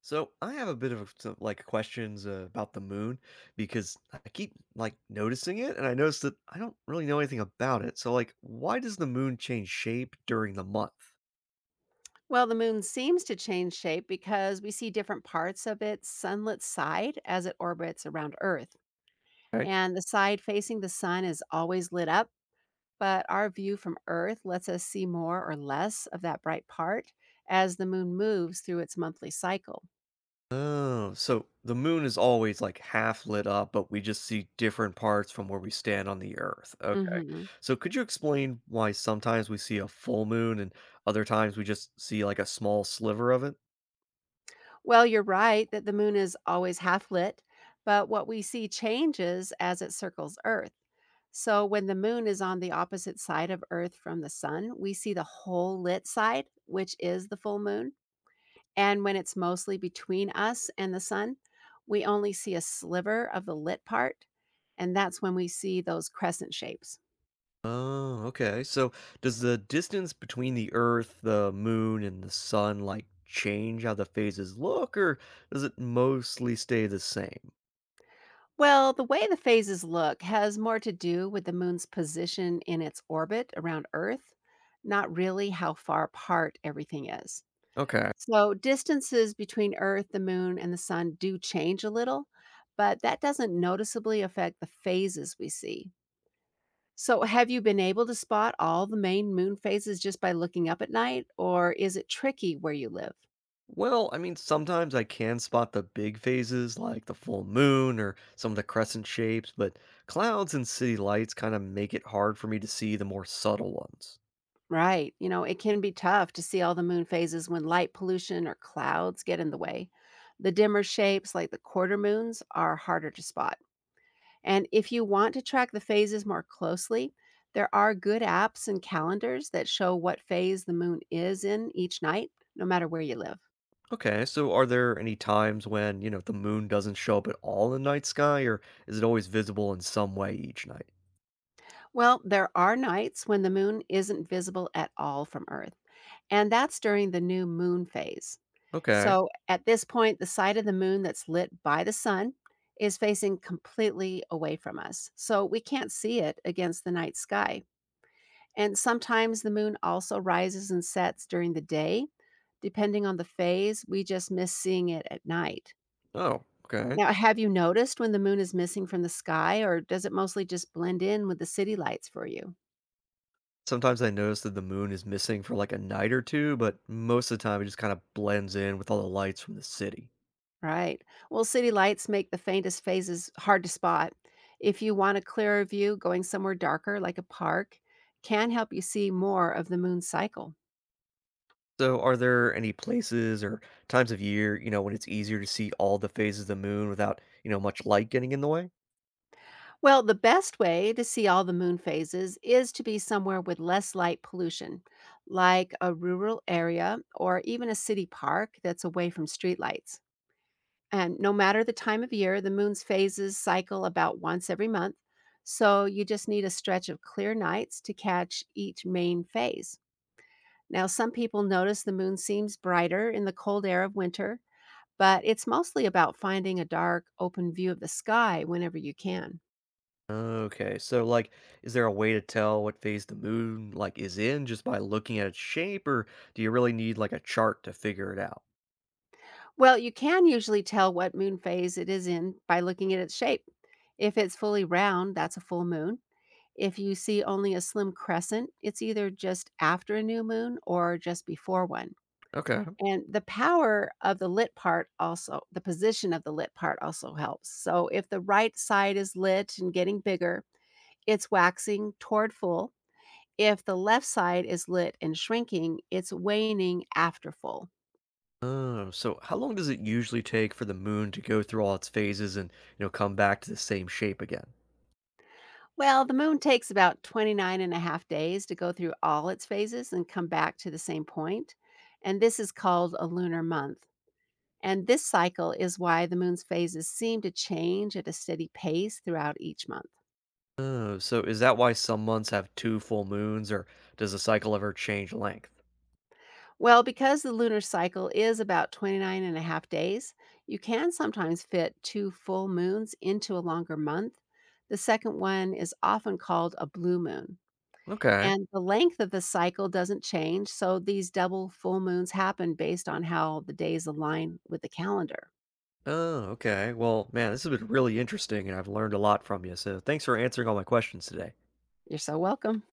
So I have a bit of some, like questions about the moon because I keep like noticing it, and I notice that I don't really know anything about it. So like, why does the moon change shape during the month? Well, the moon seems to change shape because we see different parts of its sunlit side as it orbits around Earth. Right? And the side facing the sun is always lit up, but our view from Earth lets us see more or less of that bright part as the moon moves through its monthly cycle. Oh, so the moon is always like half lit up, but we just see different parts from where we stand on the Earth. Okay. Hmm. So could you explain why sometimes we see a full moon and other times we just see like a small sliver of it? Well, you're right that the moon is always half lit, but what we see changes as it circles Earth. So when the moon is on the opposite side of Earth from the sun, we see the whole lit side, which is the full moon. And when it's mostly between us and the sun, we only see a sliver of the lit part. And that's when we see those crescent shapes. Oh, okay. So does the distance between the Earth, the moon, and the sun like change how the phases look, or does it mostly stay the same? Well, the way the phases look has more to do with the moon's position in its orbit around Earth, not really how far apart everything is. Okay. So distances between Earth, the moon, and the sun do change a little, but that doesn't noticeably affect the phases we see. So, have you been able to spot all the main moon phases just by looking up at night, or is it tricky where you live? Well, I mean, sometimes I can spot the big phases like the full moon or some of the crescent shapes, but clouds and city lights kind of make it hard for me to see the more subtle ones. Right. You know, it can be tough to see all the moon phases when light pollution or clouds get in the way. The dimmer shapes, like the quarter moons, are harder to spot. And if you want to track the phases more closely, there are good apps and calendars that show what phase the moon is in each night, no matter where you live. Okay, so are there any times when, the moon doesn't show up at all in the night sky, or is it always visible in some way each night? Well, there are nights when the moon isn't visible at all from Earth, and that's during the new moon phase. Okay. So at this point, the side of the moon that's lit by the sun is facing completely away from us. So we can't see it against the night sky. And sometimes the moon also rises and sets during the day. Depending on the phase, we just miss seeing it at night. Oh, okay. Now, have you noticed when the moon is missing from the sky, or does it mostly just blend in with the city lights for you? Sometimes I notice that the moon is missing for like a night or two, but most of the time it just kind of blends in with all the lights from the city. Right. Well, city lights make the faintest phases hard to spot. If you want a clearer view, going somewhere darker, like a park, can help you see more of the moon's cycle. So, are there any places or times of year, when it's easier to see all the phases of the moon without, much light getting in the way? Well, the best way to see all the moon phases is to be somewhere with less light pollution, like a rural area or even a city park that's away from streetlights. And no matter the time of year, the moon's phases cycle about once every month. So you just need a stretch of clear nights to catch each main phase. Now, some people notice the moon seems brighter in the cold air of winter, but it's mostly about finding a dark, open view of the sky whenever you can. Okay, so like, is there a way to tell what phase the moon like is in just by looking at its shape, or do you really need like a chart to figure it out? Well, you can usually tell what moon phase it is in by looking at its shape. If it's fully round, that's a full moon. If you see only a slim crescent, it's either just after a new moon or just before one. Okay. And the power of the lit part also, the position of the lit part also helps. So if the right side is lit and getting bigger, it's waxing toward full. If the left side is lit and shrinking, it's waning after full. Oh, so how long does it usually take for the moon to go through all its phases and, come back to the same shape again? Well, the moon takes about 29 and a half days to go through all its phases and come back to the same point, and this is called a lunar month. And this cycle is why the moon's phases seem to change at a steady pace throughout each month. Oh, so is that why some months have two full moons, or does the cycle ever change length? Well, because the lunar cycle is about 29 and a half days, you can sometimes fit two full moons into a longer month. The second one is often called a blue moon. Okay. And the length of the cycle doesn't change, so these double full moons happen based on how the days align with the calendar. Oh, okay. Well, man, this has been really interesting, and I've learned a lot from you. So thanks for answering all my questions today. You're so welcome.